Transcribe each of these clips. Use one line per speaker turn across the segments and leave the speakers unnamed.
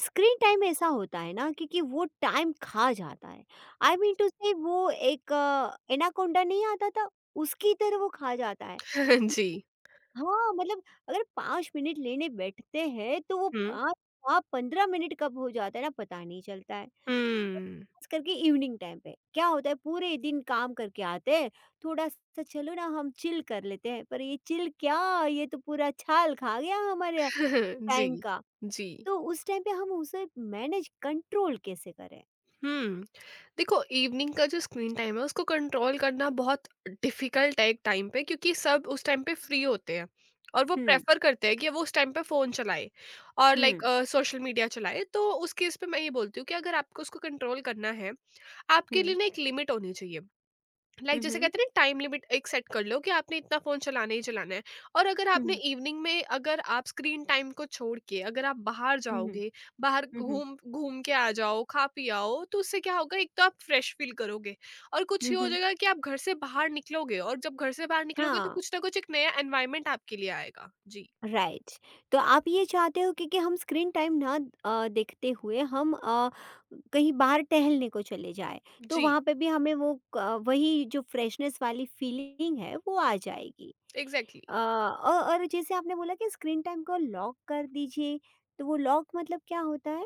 Screen time ऐसा होता है ना, क्योंकि वो टाइम खा जाता है। आई मीन टू से वो एक एनाकोंडा नहीं आता था उसकी तरह वो खा जाता है।
जी।
हाँ, मतलब अगर पाँच मिनट लेने बैठते हैं तो वो
हुँ,
पाँच आप पंद्रह मिनट कब हो जाता है ना, पता नहीं चलता है।
हुँ।
खास करके इवनिंग टाइम पे क्या होता है, पूरे दिन काम करके आते हैं, थोड़ा सा चलो ना हम चिल कर लेते हैं, पर ये चिल क्या, ये तो पूरा छाल खा गया हमारे टाइम
जी,
का।
जी।
तो उस टाइम पे हम उसे मैनेज कंट्रोल कैसे करें?
हुँ, देखो, इवनिंग का जो स्क्रीन टाइम है उसको कंट्रोल करना बहुत डिफ़िकल्ट है एक टाइम पे, क्योंकि सब उस टाइम पे फ्री होते हैं और वो
हुँ,
प्रेफ़र करते हैं कि वो उस टाइम पे फ़ोन चलाएँ और
हुँ,
लाइक सोशल मीडिया चलाएँ। तो उस केस पे मैं ये बोलती हूँ कि अगर आपको उसको कंट्रोल करना है, आपके लिए
हुँ,
ना एक लिमिट होनी चाहिए। लाइक जैसे
उहुँ,
कहते हैं ना, टाइम लिमिट एक सेट कर लो कि आपने इतना फोन चलाना ही चलाना है। और अगर आपने
हुँ,
इवनिंग में, अगर आप स्क्रीन टाइम को छोड़ के अगर आप बाहर
उहुँ,
जाओगे, बाहर
उहुँ,
घूम घूम के आ जाओ, खा पी आओ, तो उससे क्या होगा, एक तो आप फ्रेश फील करोगे और कुछ ये हो
उहुँ।
जाएगा कि आप घर से बाहर निकलोगे, और जब घर से बाहर निकलोगे तो
हाँ,
कुछ ना कुछ एक नया एनवायरमेंट आपके लिए आएगा। जी।
राइट। तो आप ये चाहते हो कि हम स्क्रीन टाइम ना देखते हुए हम कहीं बाहर टहलने को चले जाएँ, तो
जी,
वहाँ पे भी हमें वो क वही जो फ्रेशनेस वाली फीलिंग है वो आ जाएगी। अ,
एग्जैक्टली।
औ और जैसे आपने बोला कि स्क्रीन टाइम को लॉक कर दीजिए, तो वो लॉक मतलब क्या होता है?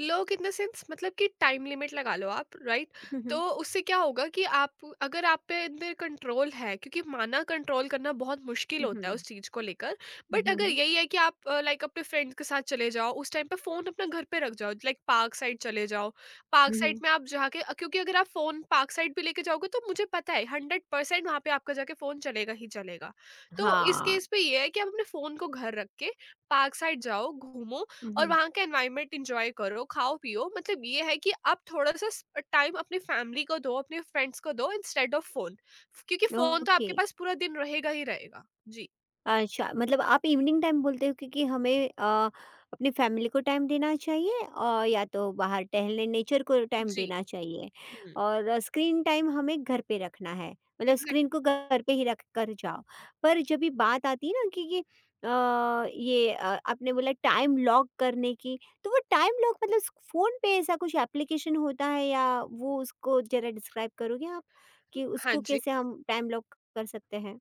लोग इन द सेंस, मतलब कि टाइम लिमिट लगा लो आप, राइट।
हुँ,
तो
हुँ,
उससे क्या होगा कि आप, अगर आप पे अंदर कंट्रोल है, क्योंकि माना कंट्रोल करना बहुत मुश्किल
हुँ,
होता है
हुँ,
उस चीज को लेकर।
हुँ,
बट अगर
हुँ,
यही है कि आप लाइक अपने फ्रेंड्स के साथ चले जाओ, उस टाइम पे फोन अपना घर पे रख जाओ, लाइक पार्क साइड चले जाओ। पार्क साइड
हुँ।
में आप जाके, क्योंकि अगर आप फोन पार्क साइड भी लेके जाओगे तो मुझे पता है हंड्रेड परसेंट वहां पे आपका जाके फोन चलेगा ही चलेगा। तो इस
हाँ,
केस पे ये है कि आप अपने फोन को घर रख के पार्क साइड जाओ, घूमो
हुँ,
और
हुँ,
वहाँ का एनवायरनमेंट एंजॉय करो, खाओ-पियो, मतलब ये है कि आप थोड़ा-सा स टाइम अपनी फैमिली को दो, अपने फ्रेंड्स को दो, इंस्टेड ऑफ फ़ोन। क्योंकि फ़ोन तो
ओके।
आपके पास पूरा दिन रहेगा ही रहेगा। जी,
अच्छा, मतलब आप इवनिंग टाइम बोलते हो क्योंकि हमें अपनी फैमिली को टाइम देना चाहिए और या तो बाहर टहलने नेचर को टाइम
जी।
देना चाहिए,
हुँ,
और स्क्रीन टाइम हमें घर पे रखना है, मतलब
एग्ज़ैक्ट।
स्क्रीन को घर पे ही रख कर जाओ। पर जब भी बात आती है ना, क्योंकि आपने बोला टाइम लॉक करने की, तो वो टाइम लॉक मतलब फ़ोन पे ऐसा कुछ एप्लीकेशन होता है या वो उसको ज़रा डिस्क्राइब करोगे आप कि
हाँ
उसको
जी।
कैसे हम टाइम लॉक कर सकते हैं?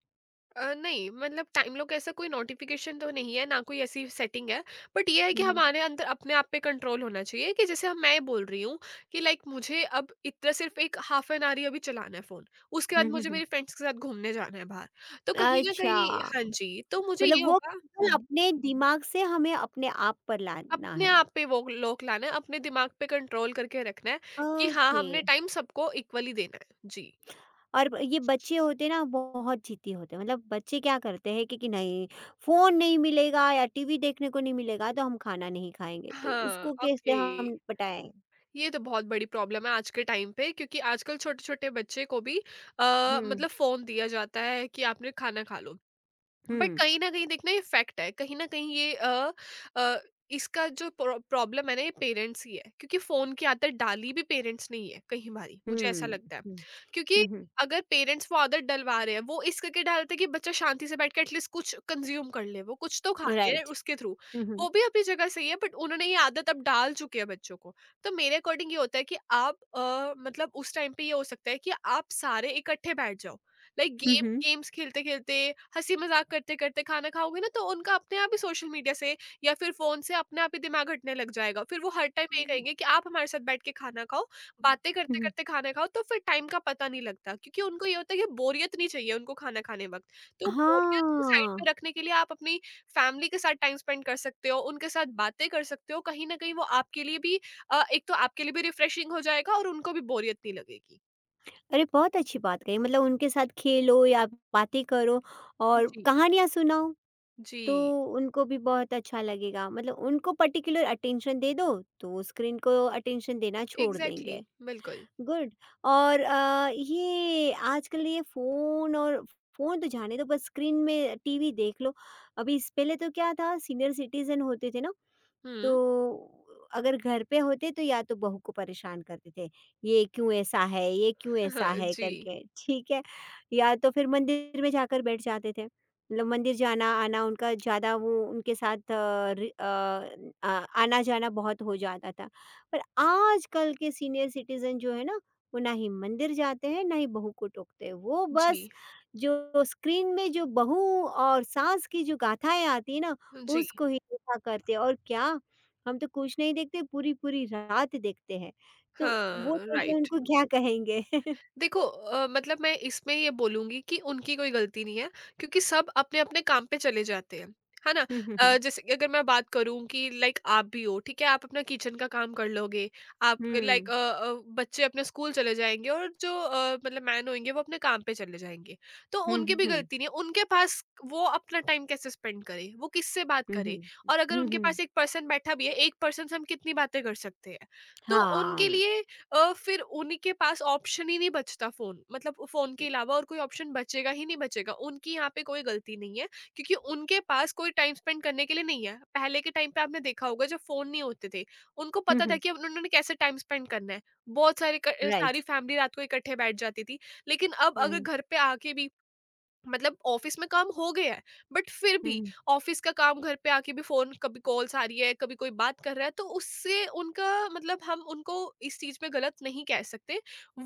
नहीं, मतलब टाइम लॉक ऐसा कोई नोटिफिकेशन तो नहीं है, ना कोई ऐसी सेटिंग है। बट ये है
हुँ,
कि
हुँ।
हमारे अंदर अपने आप पे कंट्रोल होना चाहिए, कि जैसे हम, मैं बोल रही हूँ कि लाइक मुझे अब इतना सिर्फ़ एक हाफ़ एन आवर ही अभी चलाना है फ़ोन, उसके बाद
हुँ, हुँ,
मुझे
हुँ।
मेरे फ्रेंड्स के साथ घूमने जाना है बाहर। तो कहीं न
अच्छा,
कहीं, हाँ जी, तो मुझे ये
मतलब वो
होगा।
केवल
हुँ,
अपने दिमाग से हमें अपने आप पर लाना
अपने
है।
आप पे वो लॉक लाना है, अपने दिमाग पे कंट्रोल करके रखना है कि हाँ,
ओके।
हमने टाइम सबको इक्वली देना है। जी।
और ये बच्चे होते हैं ना बहुत ज़िद्दी होते हैं, मतलब बच्चे क्या करते हैं कि नहीं फ़ोन नहीं मिलेगा या टीवी देखने को नहीं मिलेगा तो हम खाना नहीं खाएँगे, तो
हाँ,
उसको कैसे
ओके।
हम पटाएँ?
ये तो बहुत बड़ी प्रॉब्लम है आज के टाइम पे, क्योंकि आजकल छोटे-छोटे बच्चे को भी
हुँ,
मतलब फ़ोन दिया जाता है कि आपने खाना खा लो। बट
हुँ,
कहीं ना कहीं, देखना ये फैक्ट है, कहीं ना कहीं ये अ, इसका जो प्रॉब्लम है ना, ये पेरेंट्स ही है, क्योंकि फोन की आदत डाली भी पेरेंट्स नहीं है कहीं हमारी, मुझे ऐसा
हुँ,
लगता है।
हुँ, हुँ,
क्योंकि
हुँ,
अगर पेरेंट्स वो आदत डलवा रहे हैं, वो इस करके डालते हैं कि बच्चा शांति से बैठ के एटलीस्ट कुछ कंज्यूम कर ले, वो कुछ तो खा ले
राइट।
उसके थ्रू।
हुँ, हुँ,
वो भी अपनी जगह सही है, बट उन्होंने ये आदत अब डाल चुकी है बच्चों को। तो मेरे अकॉर्डिंग ये होता है कि आप, मतलब उस टाइम पे ये हो सकता है कि आप सारे इकट्ठे बैठ जाओ, लाइक
हुँ, हुँ।
गेम्स खेलते-खेलते, हँसी-मज़ाक करते-करते खाना खाओगे ना, तो उनका अपने आप ही सोशल मीडिया से या फिर फ़ोन से अपने आप ही दिमाग हटने लग जाएगा। फिर वो हर टाइम यही कहेंगे कि आप हमारे साथ बैठ के खाना खाओ, बातें
हुँ, हुँ।
करते-करते खाना खाओ, तो फिर टाइम का पता नहीं लगता, क्योंकि उनको ये होता है कि बोरियत नहीं चाहिए उनको खाना खाने वक़्त। तो बोरियत को साइड
हाँ।
में रखने के लिए आप अपनी फैमिली के साथ टाइम स्पेंड कर सकते हो, उनके साथ बातें कर सकते हो। कहीं न कहीं वो आपके लिए भी, एक तो आपके लिए भी रिफ्रेशिंग हो जाएगा और उनको भी बोरियत नहीं लगेगी।
अरे! बहुत अच्छी बात कही, मतलब उनके साथ खेलो या बातें करो और
जी,
कहानियाँ सुनाओ,
जी।
तो उनको भी बहुत अच्छा लगेगा। मतलब उनको पर्टिकुलर अटेंशन दे दो, तो वो स्क्रीन को अटेंशन देना छोड़
एग्जैक्टली।
देंगे।
Exactly, very much.
गुड। और ये आजकल ये फ़ोन और फ़ोन तो जाने दो, बस स्क्रीन में टीवी देख लो। अभी इस पहले तो क्या था, सीनियर सिटीज़न होते थे ना,
Hmm.
तो अगर घर पे होते तो या तो बहू को परेशान करते थे, ये क्यों ऐसा है, ये क्यों ऐसा
Yeah.
है
Ji.
करके, ठीक है? या तो फिर मंदिर में जाकर बैठ जाते थे। मतलब मंदिर जाना-आना उनका ज़्यादा वो उनके साथ अ, रि अ, आ आना-जाना बहुत हो जाता था। पर आजकल के सीनियर सिटीज़न जो है ना, वो ना ही मंदिर जाते हैं, ना ही बहू को टोकते हैं। वो बस
Ji.
जो स्क्रीन में जो बहू और सास की जो गाथाएँ आती है ना,
Ji.
उसको ही देखा करते हैं और क्या हम तो कुछ नहीं देखते, पूरी-पूरी रात देखते हैं। तो वो
Yeah.
चीज़ें
Right.
उनको क्या कहेंगे?
देखो, मतलब मैं इसमें ये बोलूंगी कि उनकी कोई गलती नहीं है, क्योंकि सब अपने अपने काम पे चले जाते हैं, है ना।
हुँ, हुँ, हुँ।
जैसे कि अगर मैं बात करूं कि लाइक आप भी हो, ठीक है, आप अपना किचन का काम कर लोगे, आप
हुँ।
लाइक बच्चे अपने स्कूल चले जाएंगे और जो, मतलब मैन होंगे वो अपने काम पे चले जाएंगे, तो
हुँ,
उनकी भी
हुँ,
गलती नहीं है। उनके पास वो अपना टाइम कैसे स्पेंड करे, वो किससे बात
हुँ,
करे।
हुँ,
और अगर
हुँ,
उनके
हुँ।
पास एक पर्सन बैठा भी है, एक पर्सन से हम कितनी बातें कर सकते हैं। तो उनके
हाँ।
लिए, फिर उनके पास ऑप्शन ही नहीं बचता, फ़ोन, मतलब फ़ोन के अलावा और कोई ऑप्शन बचेगा ही नहीं बचेगा। उनकी यहाँ पे कोई गलती नहीं है, क्योंकि उनके पास कोई टाइम स्पेंड करने के लिए नहीं है। पहले के टाइम पे आपने देखा होगा जब फ़ोन नहीं होते थे, उनको
हुँ,
पता था
हुँ।
कि अब उन्होंने कैसे टाइम स्पेंड करना है। बहुत सारे क अ,
राइट।
सारी फैमिली रात को इकट्ठे बैठ जाती थी। लेकिन अब
हुँ,
अगर
हुँ,
घर पे आके भी, मतलब ऑफिस में काम हो गया है बट फिर भी
हुँ,
ऑफिस का काम घर पे आके भी फोन, कभी कॉल्स आ रही है, कभी कोई बात कर रहा है, तो उससे उनका, मतलब हम उनको इस चीज में गलत नहीं कह सकते।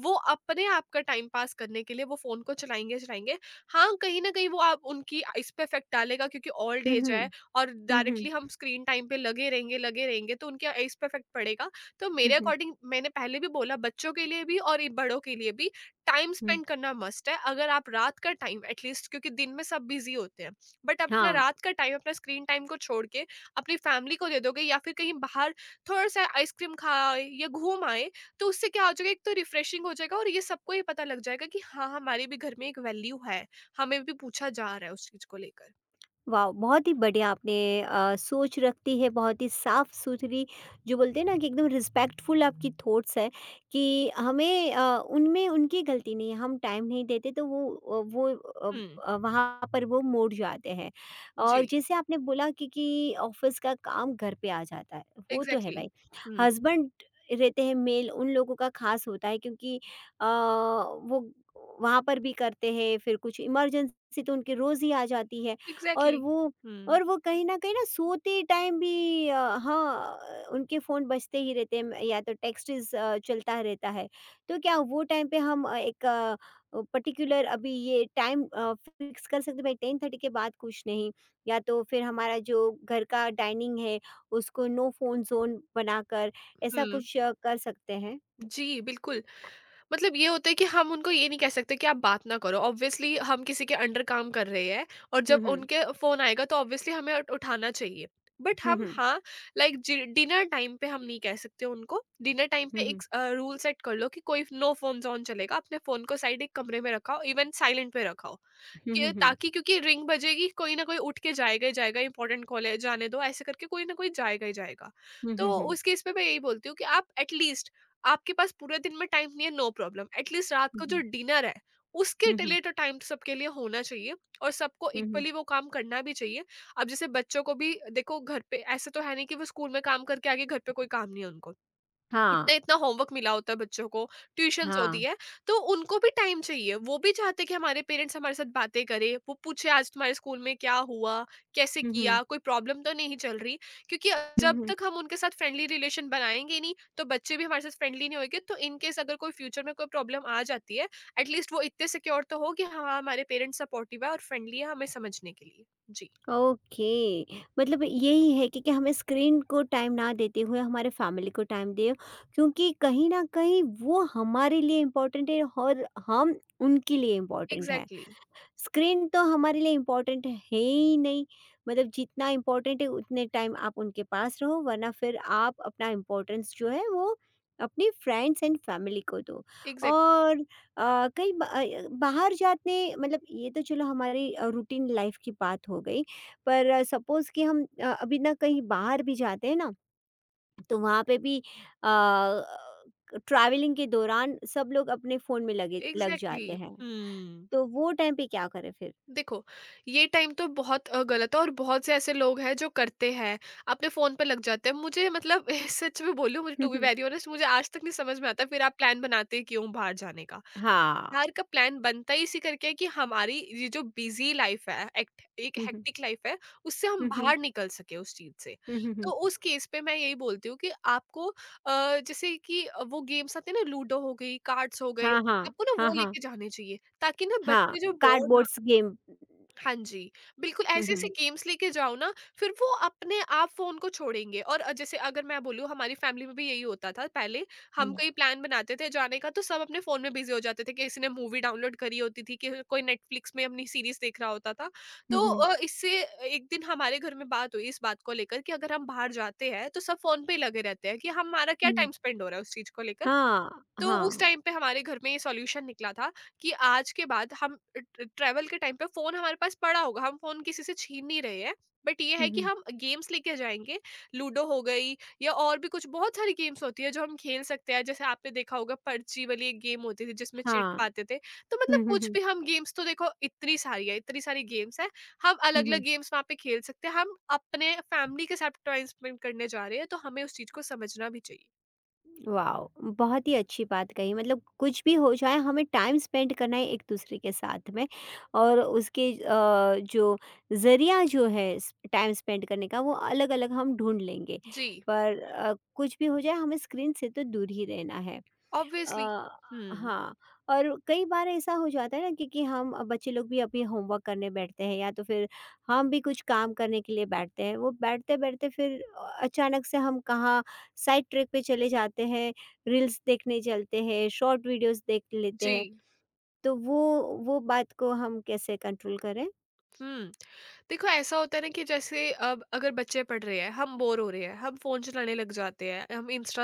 वो अपने आप का टाइम पास करने के लिए वो फोन को चलाएंगे चलाएंगे। हाँ, कहीं ना कहीं वो आप उनकी इस पे इफेक्ट डालेगा, क्योंकि ओल्ड
हुँ,
एज
हुँ,
है। और
हुँ, हुँ,
डायरेक्टली हम स्क्रीन टाइम पे लगे रहेंगे तो उनके इस पे इफेक्ट पड़ेगा। तो
हुँ,
मेरे
हुँ,
अकॉर्डिंग, मैंने पहले भी बोला, बच्चों के लिए भी और ये बड़ों के लिए भी टाइम
हुँ।
स्पेंड करना मस्ट है। अगर आप रात का टाइम एटलीस्ट, क्योंकि दिन में सब बिजी होते हैं, बट अपना
हाँ।
रात का टाइम, अपना स्क्रीन टाइम को छोड़ के अपनी फैमिली को दे दोगे या फिर कहीं बाहर थोड़ा सा आइसक्रीम खा आए या घूम आए, तो उससे क्या हो जाएगा, एक तो रिफ्रेशिंग हो जाएगा और ये सबको ये पता लग जाएगा कि हाँ हमारे भी घर में एक वैल्यू है, हमें भी पूछा जा रहा है उस चीज को लेकर।
वाह! बहुत ही बढ़िया आपने सोच रखती है, बहुत ही साफ-सुथरी जो बोलते हैं ना कि एकदम रिस्पेक्टफुल आपकी थॉट्स है, कि हमें उनमें उनकी गलती नहीं है, हम टाइम नहीं देते तो
हम्म।
वहाँ पर वो मुड़ जाते हैं। और
जी।
जैसे आपने बोला कि ऑफ़िस का काम घर पे आ जाता है, वो तो है
एग्जैक्टली।
भाई।
हम्म।
हस्बैंड रहते हैं मेल, उन लोगों का ख़ास होता है, क्योंकि अ, वो वहाँ पर भी करते हैं, फिर कुछ इमरजेंसी तो उनकी रोज़ ही आ जाती है। और
एग्जैक्टली।
वो
हम्म,
और वो कहीं न कहीं ना सोते टाइम भी हाँ, उनके फ़ोन बजते ही रहते हैं, या तो टेक्स्ट्स चलता रहता है। तो क्या वो टाइम पे हम पर्टिकुलर अभी ये टाइम फ़िक्स कर सकते हैं भाई 10:30 के बाद कुछ नहीं, या तो फिर हमारा जो घर का डाइनिंग है उसको नो फ़ोन ज़ोन बनाकर ऐसा
हम्म।
कुछ कर सकते हैं?
जी बिल्कुल, मतलब ये होता है कि हम उनको ये नहीं कह सकते कि आप बात ना करो। ऑब्वियसली हम किसी के अंडर काम कर रहे हैं, और
हुँ,
जब
हुँ।
उनके फ़ोन आएगा तो ऑब्वियसली हमें उठ उठाना चाहिए। बट
हुँ,
हम,
हुँ।
हाँ, लाइक जि डिनर टाइम पे हम नहीं कह सकते उनको। डिनर टाइम पे
हुँ,
एक
हुँ।
अ, रूल सेट कर लो कि कोई नो फ़ोन ज़ोन चलेगा। अपने फ़ोन को साइड एक कमरे में रखाओ, इवन साइलेंट पे रखाओ।
हुँ, हुँ,
कि
हुँ।
ताकि क्योंकि रिंग बजेगी, कोई ना कोई उठ के जाएगा ही जाएगा, इंपॉर्टेंट कॉल है जाने दो ऐसे करके कोई ना कोई जाएगा ही जाएगा।
हुँ, हुँ,
तो
हुँ।
उस केस में मैं यही बोलती हूँ कि आप एटलीस्ट, आपके पास पूरे दिन में टाइम नहीं है, नो प्रॉब्लम, एटलीस्ट रात
हुँ,
को जो
हुँ।
डिनर है उसके
हुँ, हुँ।
लिए तो टाइम सबके लिए होना चाहिए और सबको
हुँ, हुँ।
इक्वली वो काम करना भी चाहिए। अब जैसे बच्चों को भी देखो घर पे, ऐसे तो है नहीं कि वो स्कूल में काम करके आगे घर पे कोई काम नहीं है उनको, इतना-इतना होमवर्क मिला होता है बच्चों को, ट्यूशन्स होती है, तो उनको भी टाइम चाहिए। वो भी चाहते हैं कि हमारे पेरेंट्स हमारे साथ बातें करें, वो पूछे आज तुम्हारे स्कूल में क्या हुआ, कैसे
हुँ, हुँ।
किया, कोई प्रॉब्लम तो नहीं चल रही। क्योंकि
हुँ,
जब
हुँ।
तक हम उनके साथ फ्रेंडली रिलेशन बनाएँगे नहीं, तो बच्चे भी हमारे साथ फ्रेंडली नहीं होएँगे। तो इन केस अगर कोई फ्यूचर में कोई प्रॉब्लम आ जाती है, एट लीस्ट वो इतने सिक्योर तो हो कि हाँ, हमारे पेरेंट्स सपोर्टिव है और फ्रेंडली है हमें समझने के लिए। जी,
ओके। मतलब यही है कि, हमें स्क्रीन को टाइम ना देते हुए हमारे फैमिली को टाइम दें, क्योंकि कहीं ना कहीं वो हमारे लिए इम्पोर्टेंट है और हम उनके लिए इम्पोर्टेंट है।
एग्ज़ैक्टली।
स्क्रीन तो हमारे लिए इम्पोर्टेंट है ही नहीं, मतलब जितना इम्पोर्टेंट है उतने टाइम आप उनके पास रहो, वरना फिर आप अपना इम्पोर्टेंस जो है वो अपनी फ्रेंड्स एंड फैमिली को दो।
एग्ज़ैक्ट।
और बाहर जाते मतलब ये तो चलो हमारी रूटीन लाइफ की बात हो गई, पर सपोज़ कि अभी ना कहीं बाहर भी जाते हैं ना, तो वहाँ पे भी ट्रैवलिंग के दौरान सब लोग अपने फ़ोन में लगे लग
एग्ज़ैक्टली।
जाते हैं,
हुँ।
तो वो टाइम पे क्या करें फिर?
देखो, ये टाइम तो बहुत गलत है, और बहुत से ऐसे लोग हैं जो करते हैं, अपने फ़ोन पे लग जाते हैं। मुझे, मतलब सच में बोलूँ, मुझे टू बी वेरी ऑनेस्ट मुझे आज तक नहीं समझ में आता, फिर आप प्लान बनाते क्यों बाहर जाने का?
हाँ।
बाहर का प्लान बनता ही इसी करके है कि हमारी ये जो बिज़ी लाइफ़ है, एक्ट एक
हुँ, हुँ।
हेक्टिक लाइफ़ है, उससे हम
हुँ, हुँ।
बाहर निकल सकें उस चीज़ से।
हुँ, हुँ,
तो
हुँ।
उस केस पे मैं यही बोलती हूँ कि आपको जैसे कि वो गेम्स आते हैं ना, लूडो हो गई, कार्ड्स हो गए,
हाँ, हाँ।
आपको ना
हाँ,
वो
हाँ।
लेके जाने चाहिए ताकि ना
हाँ,
बच्चे जो बोर।
Cardboards game.
हाँ जी, बिल्कुल
हुँ,
ऐसे-ऐसे
हुँ।
गेम्स लेके जाओ ना, फिर वो अपने आप फ़ोन को छोड़ेंगे। और जैसे अगर मैं बोलूँ, हमारी फ़ैमिली में भी यही होता था पहले। हम
हुँ।
कोई प्लान बनाते थे जाने का तो सब अपने फ़ोन में बिज़ी हो जाते थे, कि किसी ने मूवी डाउनलोड करी होती थी, कि कोई नेटफ्लिक्स में अपनी सीरीज़ देख रहा होता था।
हुँ,
तो
हुँ।
इससे एक दिन हमारे घर में बात हुई इस बात को लेकर कि अगर हम बाहर जाते हैं, तो सब फ़ोन पे ही लगे रहते हैं, कि हमारा क्या
हुँ।
टाइम स्पेंड हो रहा है उस चीज़ को लेकर।
हाँ,
तो उस
हाँ।
टाइम पे हमारे घर में ये सॉल्यूशन निकला था कि आज के बाद हम ट्रैवल के टाइम पे फ़ोन हमारे पास पड़ा होगा, हम फ़ोन किसी से छीन नहीं रहे हैं, बट ये
हुँ,
है कि
हुँ।
हम गेम्स लेके जाएँगे। लूडो हो गई या और भी कुछ बहुत सारी गेम्स होती है जो हम खेल सकते हैं। जैसे आपने देखा होगा, पर्ची वाली एक गेम होती थी जिसमें चीट
हाँ।
पाते थे, तो मतलब
हुँ, हुँ,
कुछ
हुँ।
भी, हम गेम्स तो देखो इतनी सारी है, इतनी सारी गेम्स हैं, हम
हुँ,
अलग-अलग
हुँ।
गेम्स वहाँ पे खेल सकते हैं। हम अपने फैमिली के साथ टाइम स्पेंड करने जा रहे हैं, तो हमें उस चीज़ को समझना भी चाहिए।
वाओ! बहुत ही अच्छी बात कही, मतलब कुछ भी हो जाए हमें टाइम स्पेंड करना है एक-दूसरे के साथ में, और उसके अ, जो ज़रिया जो है स टाइम स्पेंड करने का वो अलग-अलग हम ढूँढ लेंगे।
जी।
पर कुछ भी हो जाए हमें स्क्रीन से तो दूर ही रहना है।
Obviously.
अ,
Hmm.
हाँ। और कई बार ऐसा हो जाता है ना कि, कि बच्चे लोग भी अभी होमवर्क करने बैठते हैं या तो फिर हम भी कुछ काम करने के लिए बैठते हैं, वो बैठते-बैठते फिर अचानक से हम कहाँ साइड ट्रैक पे चले जाते हैं, रील्स देखने चलते हैं, शॉर्ट वीडियोस देख लेते हैं।
Ji.
तो वो बात को हम कैसे कंट्रोल करें?
हम्म देखो, ऐसा होता है ना कि जैसे अब अगर बच्चे पढ़ रहे हैं, हम बोर हो रहे हैं, हम फोन चलाने लग जाते हैं, हम इंस्टा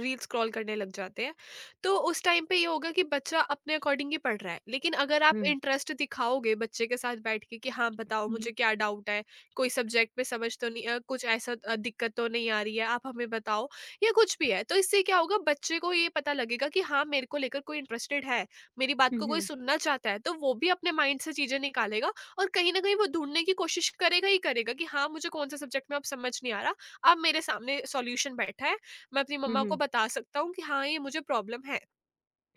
रील स्क्रॉल करने लग जाते हैं। तो उस टाइम पे ये होगा कि बच्चा अपने अकॉर्डिंग ही पढ़ रहा है, लेकिन अगर आप
हुँ,
इंटरेस्ट दिखाओगे, बच्चे के साथ बैठ के कि हाँ, बताओ
हुँ,
मुझे क्या डाउट है, कोई सब्जेक्ट में समझ तो नहीं कुछ ऐसा दिक्कत तो नहीं आ रही है, आप हमें बताओ या कुछ भी है, तो इससे क्या होगा, बच्चे को ये पता लगेगा कि हाँ, मेरे को लेकर कोई इंटरेस्टेड है, मेरी बात
हुँ,
को कोई
हुँ,
सुनना चाहता है। तो वो भी अपने माइंड से चीजें निकालेगा और कहीं न कहीं वो ढूँढने की कोशिश करेगा ही करेगा कि हाँ, मुझे कौन-से सब्जेक्ट में अब समझ नहीं आ रहा, अब मेरे सामने सॉल्यूशन बैठा है। मैं अपनी
हुँ,
मम्मा को
हुँ,
बता सकता हूँ कि हाँ, ये मुझे प्रॉब्लम है।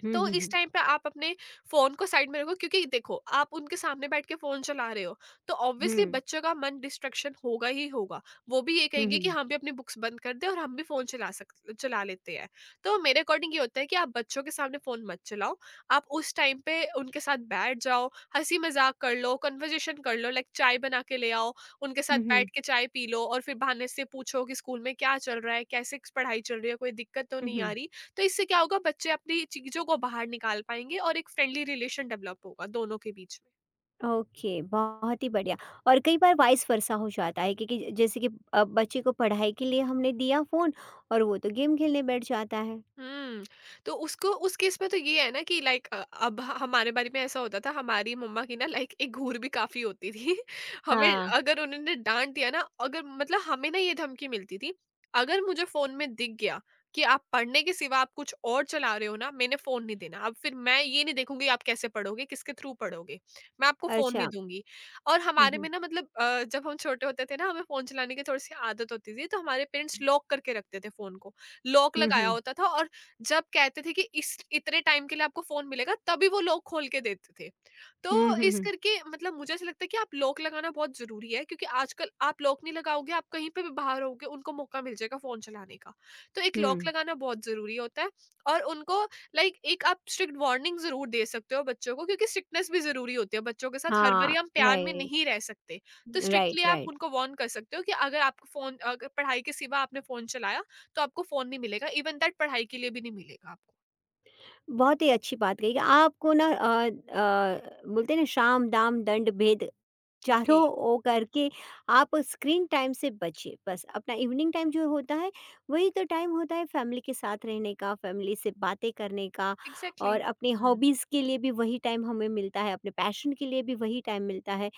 हुँ,
तो
हुँ, हुँ,
इस
हुँ,
टाइम पे आप अपने फ़ोन को साइड में रखो, क्योंकि देखो, आप उनके सामने बैठ के फ़ोन चला रहे हो, तो ऑब्वियसली
हुँ,
बच्चों का मन डिस्ट्रैक्शन होगा ही होगा। वो भी ये
हुँ,
कहेंगे
हुँ,
कि हम भी अपनी बुक्स बंद कर दें और हम भी फ़ोन चला लेते हैं। तो मेरे अकॉर्डिंग ये होता है कि आप बच्चों के सामने फ़ोन मत चलाओ। आप उस टाइम पे उनके साथ बैठ जाओ, हँसी-मज़ाक कर लो, कन्वर्सेशन कर लो, लाइक चाय बना के ले आओ, उनके साथ
हुँ,
बैठ के चाय पी लो और फिर बहाने से पूछो कि स्कूल में क्या चल रहा है? कैसे क पढ़ाई चल रही है? कोई दिक्कत तो
हुँ,
नहीं आ
हुँ।
रही? तो इससे क्या होगा, बच्चे अपनी चीज़ों को बाहर निकाल पाएँगे और एक फ्रेंडली रिलेशन डेवलप होगा दोनों के बीच में।
ओके, बहुत ही बढ़िया। और कई बार वाइस वर्सा हो जाता है, क्योंकि ज जैसे कि बच्चे को पढ़ाई के लिए हमने दिया फ़ोन और वो तो गेम खेलने बैठ जाता है।
हुँ। तो उसको उस केस में तो ये है ना कि लाइक अब हमारे बारे में ऐसा होता था, हमारी मम्मा की ना, लाइक एक घूर भी काफ़ी होती थी। हमें
हाँ।
अगर उन्होंने डाँट दिया ना, अगर मतलब हमें ना ये धमकी मिलती थी, अगर मुझे फ़ोन में दिख गया कि आप पढ़ने के सिवा आप कुछ और चला रहे हो ना, मैंने फ़ोन नहीं देना। अब फिर मैं ये नहीं देखूँगी आप कैसे पढ़ोगे, किसके थ्रू पढ़ोगे। मैं आपको फ़ोन
अच्छा।
नहीं दूँगी। और
हुँ,
हमारे
हुँ।
में ना मतलब जब हम छोटे होते थे ना, हमें फ़ोन चलाने की थोड़ी-सी आदत होती थी, तो हमारे पेरेंट्स लॉक करके रखते थे फ़ोन को। लॉक
हुँ,
लगाया
हुँ।
होता था और जब कहते थे कि इस इतने टाइम के लिए आपको फ़ोन मिलेगा, तभी वो लॉक खोल के देते थे।
हुँ,
तो
हुँ,
इस
हुँ।
करके मतलब मुझे ऐसा लगता है कि आप लॉक लगाना बहुत ज़रूरी है, क्योंकि आजकल आप लॉक नहीं लगाओगे, आप कहीं पे भी बाहर होगे, उनको मौका मिल जाएगा फ़ोन चलाने का। तो एक लॉक
हुँ।
लगाना बहुत ज़रूरी होता है और उनको लाइक एक आप स्ट्रिक्ट वार्निंग ज़रूर दे सकते हो बच्चों को, क्योंकि स्ट्रिक्टनेस भी ज़रूरी होती है। बच्चों के साथ हर बारी
हाँ,
हम प्यार में
राइट,
नहीं रह सकते। तो स्ट्रिक्टली
राइट,
आप
राइट।
उनको वार्न कर सकते हो कि अगर आपको फ़ोन अगर पढ़ाई के सिवा आपने फ़ोन चलाया, तो आपको फ़ोन नहीं मिलेगा, इवन दैट पढ़ाई के लिए भी नहीं मिलेगा आपको।
बहुत ही अच्छी बात कही कि आपको ना बोलते हैं ना, साम, दाम, दंड, भेद चारों
जी,
ओ करके आप स्क्रीन टाइम से बचिए। बस अपना इवनिंग टाइम जो होता है, वही तो टाइम होता है फैमिली के साथ रहने का, फैमिली से बातें करने का,
एग्ज़ैक्टली।
और अपनी
हुँ,
हॉबीज़ के लिए भी वही टाइम हमें मिलता है, अपने पैशन के लिए भी वही टाइम मिलता है।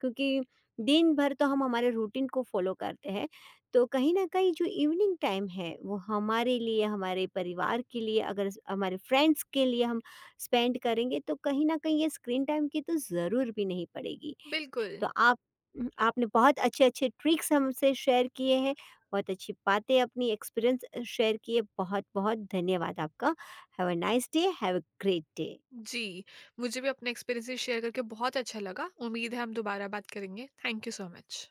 क्योंकि दिन भर तो हम हमारे रूटीन को फॉलो करते हैं, तो कहीं ना कहीं जो इवनिंग टाइम है वो हमारे लिए हमारे परिवार के लिए अगर स- हमारे फ्रेंड्स के लिए हम स्पेंड करेंगे, तो कहीं ना कहीं ये स्क्रीन टाइम की तो ज़रूर भी नहीं पड़ेगी।
बिल्कुल।
तो आप आपने बहुत अच्छे अच्छे ट्रिक्स हमसे शेयर किए हैं, बहुत अच्छी बातें अपनी एक्सपीरियंस शेयर किए। बहुत बहुत धन्यवाद आपका। Have a nice day, have a great day.
जी, मुझे भी अपने एक्सपीरियंसेस शेयर करके बहुत अच्छा लगा। उम्मीद है हम दोबारा बात करेंगे। Thank you so much.